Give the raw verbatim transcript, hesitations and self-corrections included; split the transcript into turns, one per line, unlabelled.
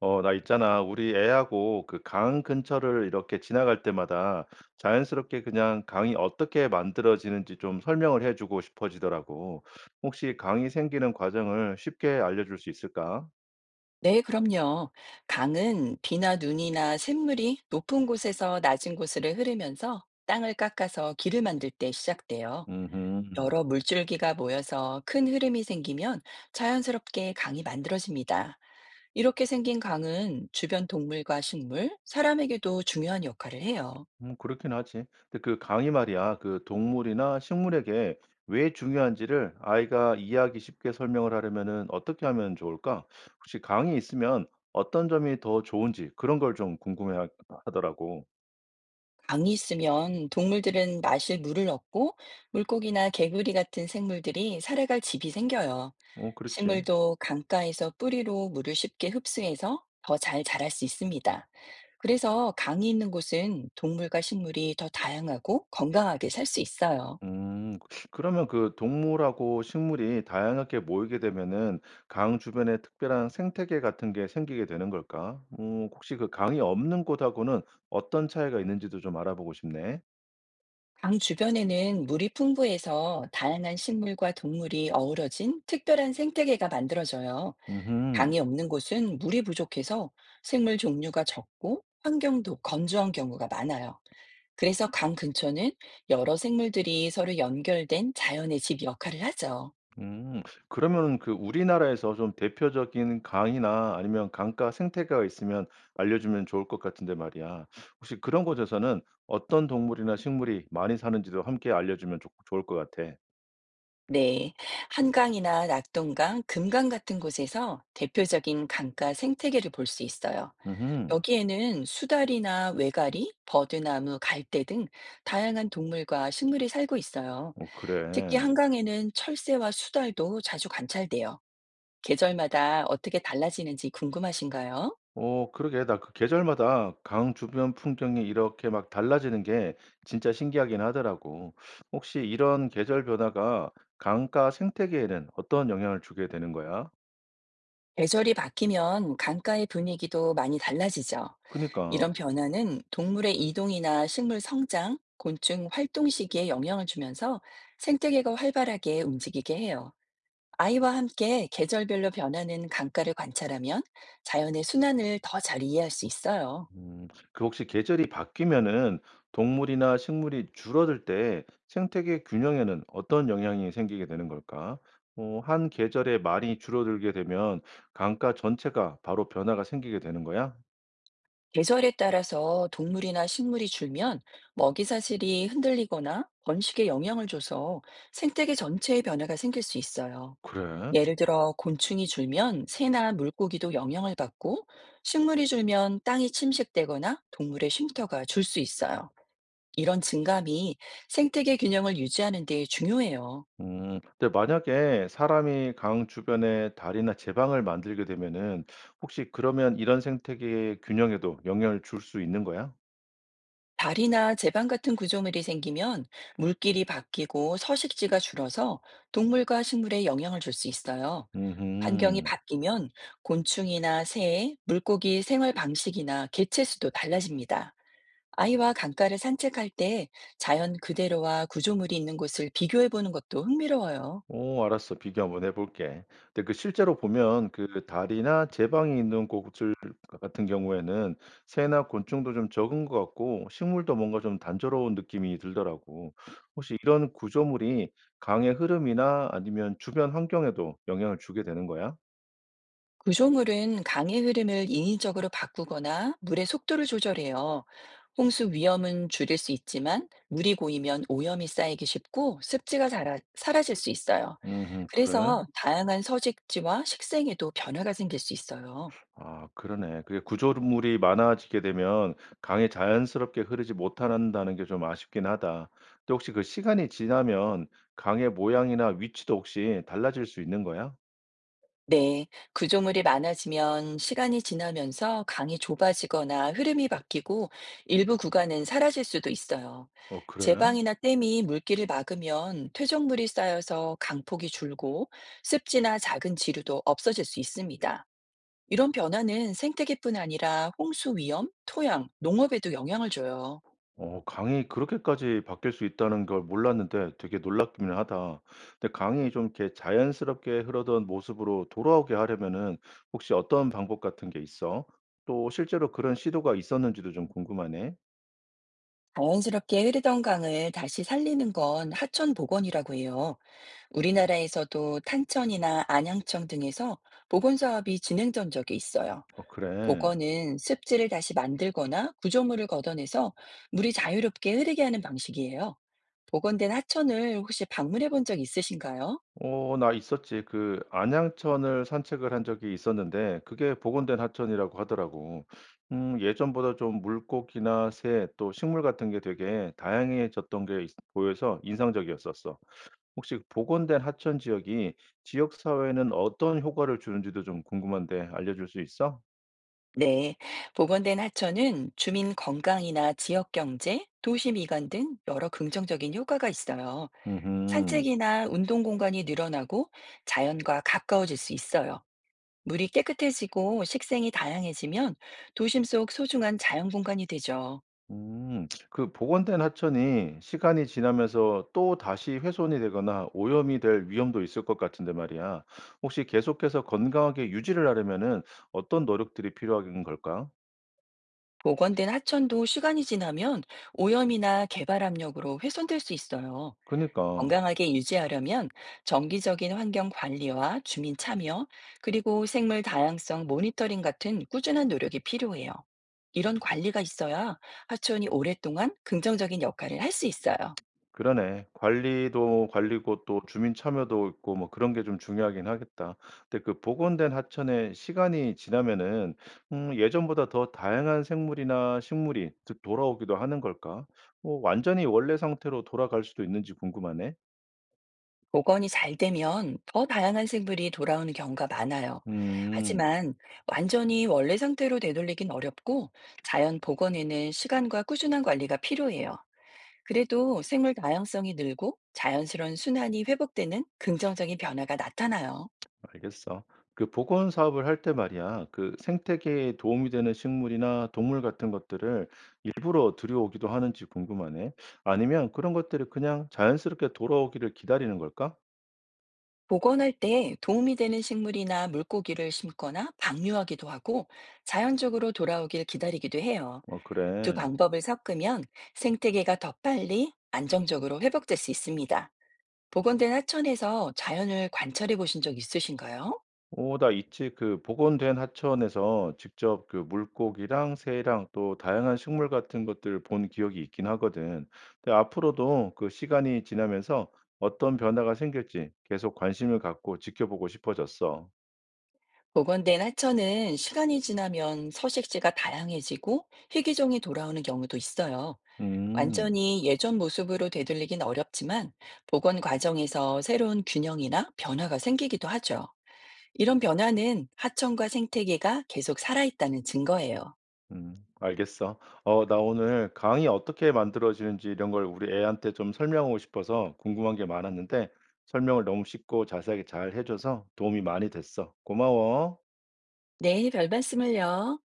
어, 나 있잖아. 우리 애하고 그 강 근처를 이렇게 지나갈 때마다 자연스럽게 그냥 강이 어떻게 만들어지는지 좀 설명을 해주고 싶어지더라고. 혹시 강이 생기는 과정을 쉽게 알려줄 수 있을까?
네, 그럼요. 강은 비나 눈이나 샘물이 높은 곳에서 낮은 곳으로 흐르면서 땅을 깎아서 길을 만들 때 시작돼요.
음,
여러 물줄기가 모여서 큰 흐름이 생기면 자연스럽게 강이 만들어집니다. 이렇게 생긴 강은 주변 동물과 식물, 사람에게도 중요한 역할을 해요.
음, 그렇긴 하지. 근데 그 강이 말이야, 그 동물이나 식물에게 왜 중요한지를 아이가 이해하기 쉽게 설명을 하려면은 어떻게 하면 좋을까? 혹시 강이 있으면 어떤 점이 더 좋은지 그런 걸 좀 궁금해 하- 하더라고.
강이 있으면 동물들은 마실 물을 얻고 물고기나 개구리 같은 생물들이 살아갈 집이 생겨요.
어, 그렇지.
식물도 강가에서 뿌리로 물을 쉽게 흡수해서 더 잘 자랄 수 있습니다. 그래서 강이 있는 곳은 동물과 식물이 더 다양하고 건강하게 살 수 있어요.
음. 그러면 그 동물하고 식물이 다양하게 모이게 되면은 강 주변에 특별한 생태계 같은 게 생기게 되는 걸까? 음, 혹시 그 강이 없는 곳하고는 어떤 차이가 있는지도 좀 알아보고 싶네.
강 주변에는 물이 풍부해서 다양한 식물과 동물이 어우러진 특별한 생태계가 만들어져요.
음
강이 없는 곳은 물이 부족해서 생물 종류가 적고 환경도 건조한 경우가 많아요. 그래서 강 근처는 여러 생물들이 서로 연결된 자연의 집 역할을 하죠.
음. 그러면은 그 우리나라에서 좀 대표적인 강이나 아니면 강가 생태계가 있으면 알려주면 좋을 것 같은데 말이야. 혹시 그런 곳에서는 어떤 동물이나 식물이 많이 사는지도 함께 알려주면 좋, 좋을 것 같아.
네. 한강이나 낙동강, 금강 같은 곳에서 대표적인 강가 생태계를 볼 수 있어요.
음.
여기에는 수달이나 왜가리, 버드나무, 갈대 등 다양한 동물과 식물이 살고 있어요.
어,
특히
그래.
한강에는 철새와 수달도 자주 관찰돼요. 계절마다 어떻게 달라지는지 궁금하신가요?
어 그러게. 나 그 계절마다 강 주변 풍경이 이렇게 막 달라지는 게 진짜 신기하긴 하더라고. 혹시 이런 계절 변화가 강가 생태계에는 어떤 영향을 주게 되는 거야?
계절이 바뀌면 강가의 분위기도 많이 달라지죠. 이런
그니까.
변화는 동물의 이동이나 식물 성장, 곤충 활동 시기에 영향을 주면서 생태계가 활발하게 움직이게 해요. 아이와 함께 계절별로 변하는 강가를 관찰하면 자연의 순환을 더 잘 이해할 수 있어요.
음. 그 혹시 계절이 바뀌면은 동물이나 식물이 줄어들 때 생태계 균형에는 어떤 영향이 생기게 되는 걸까? 어, 한 계절에 말이 줄어들게 되면 강가 전체가 바로 변화가 생기게 되는 거야?
계절에 따라서 동물이나 식물이 줄면 먹이 사슬이 흔들리거나 번식에 영향을 줘서 생태계 전체의 변화가 생길 수 있어요.
그래.
예를 들어 곤충이 줄면 새나 물고기도 영향을 받고 식물이 줄면 땅이 침식되거나 동물의 쉼터가 줄 수 있어요. 이런 증감이 생태계 균형을 유지하는 데 중요해요.
음. 근데 만약에 사람이 강 주변에 다리나 제방을 만들게 되면은 혹시 그러면 이런 생태계의 균형에도 영향을 줄 수 있는 거야?
다리나 제방 같은 구조물이 생기면 물길이 바뀌고 서식지가 줄어서 동물과 식물에 영향을 줄 수 있어요. 환경이
음흠.
바뀌면 곤충이나 새, 물고기 생활 방식이나 개체 수도 달라집니다. 아이와 강가를 산책할 때 자연 그대로와 구조물이 있는 곳을 비교해 보는 것도 흥미로워요.
오, 알았어. 비교 한번 해볼게. 근데 그 실제로 보면 그 다리나 제방이 있는 곳들 같은 경우에는 새나 곤충도 좀 적은 것 같고 식물도 뭔가 좀 단조로운 느낌이 들더라고. 혹시 이런 구조물이 강의 흐름이나 아니면 주변 환경에도 영향을 주게 되는 거야?
구조물은 강의 흐름을 인위적으로 바꾸거나 물의 속도를 조절해요. 홍수 위험은 줄일 수 있지만 물이 고이면 오염이 쌓이기 쉽고 습지가 사라, 사라질 수 있어요.
음, 그래.
그래서 다양한 서식지와 식생에도 변화가 생길 수 있어요.
아 그러네. 그게 구조물이 많아지게 되면 강이 자연스럽게 흐르지 못한다는 게 좀 아쉽긴 하다. 근데 혹시 그 시간이 지나면 강의 모양이나 위치도 혹시 달라질 수 있는 거야?
네, 구조물이 많아지면 시간이 지나면서 강이 좁아지거나 흐름이 바뀌고 일부 구간은 사라질 수도 있어요.
어 그래?
제방이나 댐이 물길을 막으면 퇴적물이 쌓여서 강폭이 줄고 습지나 작은 지류도 없어질 수 있습니다. 이런 변화는 생태계뿐 아니라 홍수 위험, 토양, 농업에도 영향을 줘요.
어 강이 그렇게까지 바뀔 수 있다는 걸 몰랐는데 되게 놀랍기는 하다. 근데 강이 좀 이렇게 자연스럽게 흐르던 모습으로 돌아오게 하려면은 혹시 어떤 방법 같은 게 있어? 또 실제로 그런 시도가 있었는지도 좀 궁금하네.
자연스럽게 흐르던 강을 다시 살리는 건 하천 복원이라고 해요. 우리나라에서도 탄천이나 안양청 등에서 복원 사업이 진행된 적이 있어요.
어 그래.
복원은 습지를 다시 만들거나 구조물을 걷어내서 물이 자유롭게 흐르게 하는 방식이에요. 복원된 하천을 혹시 방문해 본 적 있으신가요?
어 나 있었지. 그 안양천을 산책을 한 적이 있었는데 그게 복원된 하천이라고 하더라고. 음 예전보다 좀 물고기나 새 또 식물 같은 게 되게 다양해졌던 게 있 보여서 인상적이었었어. 혹시 복원된 하천 지역이 지역 사회에는 어떤 효과를 주는지도 좀 궁금한데 알려 줄 수 있어?
네. 복원된 하천은 주민 건강이나 지역 경제, 도시 미관 등 여러 긍정적인 효과가 있어요.
음
산책이나 운동 공간이 늘어나고 자연과 가까워질 수 있어요. 물이 깨끗해지고 식생이 다양해지면 도심 속 소중한 자연 공간이 되죠.
음. 그 복원된 하천이 시간이 지나면서 또다시 훼손이 되거나 오염이 될 위험도 있을 것 같은데 말이야. 혹시 계속해서 건강하게 유지를 하려면은 어떤 노력들이 필요한 걸까?
복원된 하천도 시간이 지나면 오염이나 개발 압력으로 훼손될 수 있어요.
그니까. 러
건강하게 유지하려면 정기적인 환경 관리와 주민 참여, 그리고 생물 다양성 모니터링 같은 꾸준한 노력이 필요해요. 이런 관리가 있어야 하천이 오랫동안 긍정적인 역할을 할 수 있어요.
그러네. 관리도 관리고 또 주민 참여도 있고 뭐 그런 게 좀 중요하긴 하겠다. 근데 그 복원된 하천에 시간이 지나면은 음 예전보다 더 다양한 생물이나 식물이 드- 돌아오기도 하는 걸까? 뭐 완전히 원래 상태로 돌아갈 수도 있는지 궁금하네.
복원이 잘 되면 더 다양한 생물이 돌아오는 경우가 많아요.
음.
하지만 완전히 원래 상태로 되돌리긴 어렵고 자연 복원에는 시간과 꾸준한 관리가 필요해요. 그래도 생물 다양성이 늘고 자연스러운 순환이 회복되는 긍정적인 변화가 나타나요.
알겠어. 그 복원 사업을 할 때 말이야. 그 생태계에 도움이 되는 식물이나 동물 같은 것들을 일부러 들여오기도 하는지 궁금하네. 아니면 그런 것들이 그냥 자연스럽게 돌아오기를 기다리는 걸까?
복원할 때 도움이 되는 식물이나 물고기를 심거나 방류하기도 하고 자연적으로 돌아오길 기다리기도 해요.
어
두
그래.
방법을 섞으면 생태계가 더 빨리 안정적으로 회복될 수 있습니다. 복원된 하천에서 자연을 관찰해 보신 적 있으신가요?
오 나 있지. 그 복원된 하천에서 직접 그 물고기랑 새랑 또 다양한 식물 같은 것들을 본 기억이 있긴 하거든. 근데 앞으로도 그 시간이 지나면서 어떤 변화가 생길지 계속 관심을 갖고 지켜보고 싶어졌어.
복원된 하천은 시간이 지나면 서식지가 다양해지고 희귀종이 돌아오는 경우도 있어요.
음.
완전히 예전 모습으로 되돌리긴 어렵지만 복원 과정에서 새로운 균형이나 변화가 생기기도 하죠. 이런 변화는 하천과 생태계가 계속 살아있다는 증거예요.
음. 알겠어. 어 나 오늘 강이 어떻게 만들어지는지 이런 걸 우리 애한테 좀 설명하고 싶어서 궁금한 게 많았는데 설명을 너무 쉽고 자세하게 잘 해 줘서 도움이 많이 됐어. 고마워.
네, 별 말씀을요.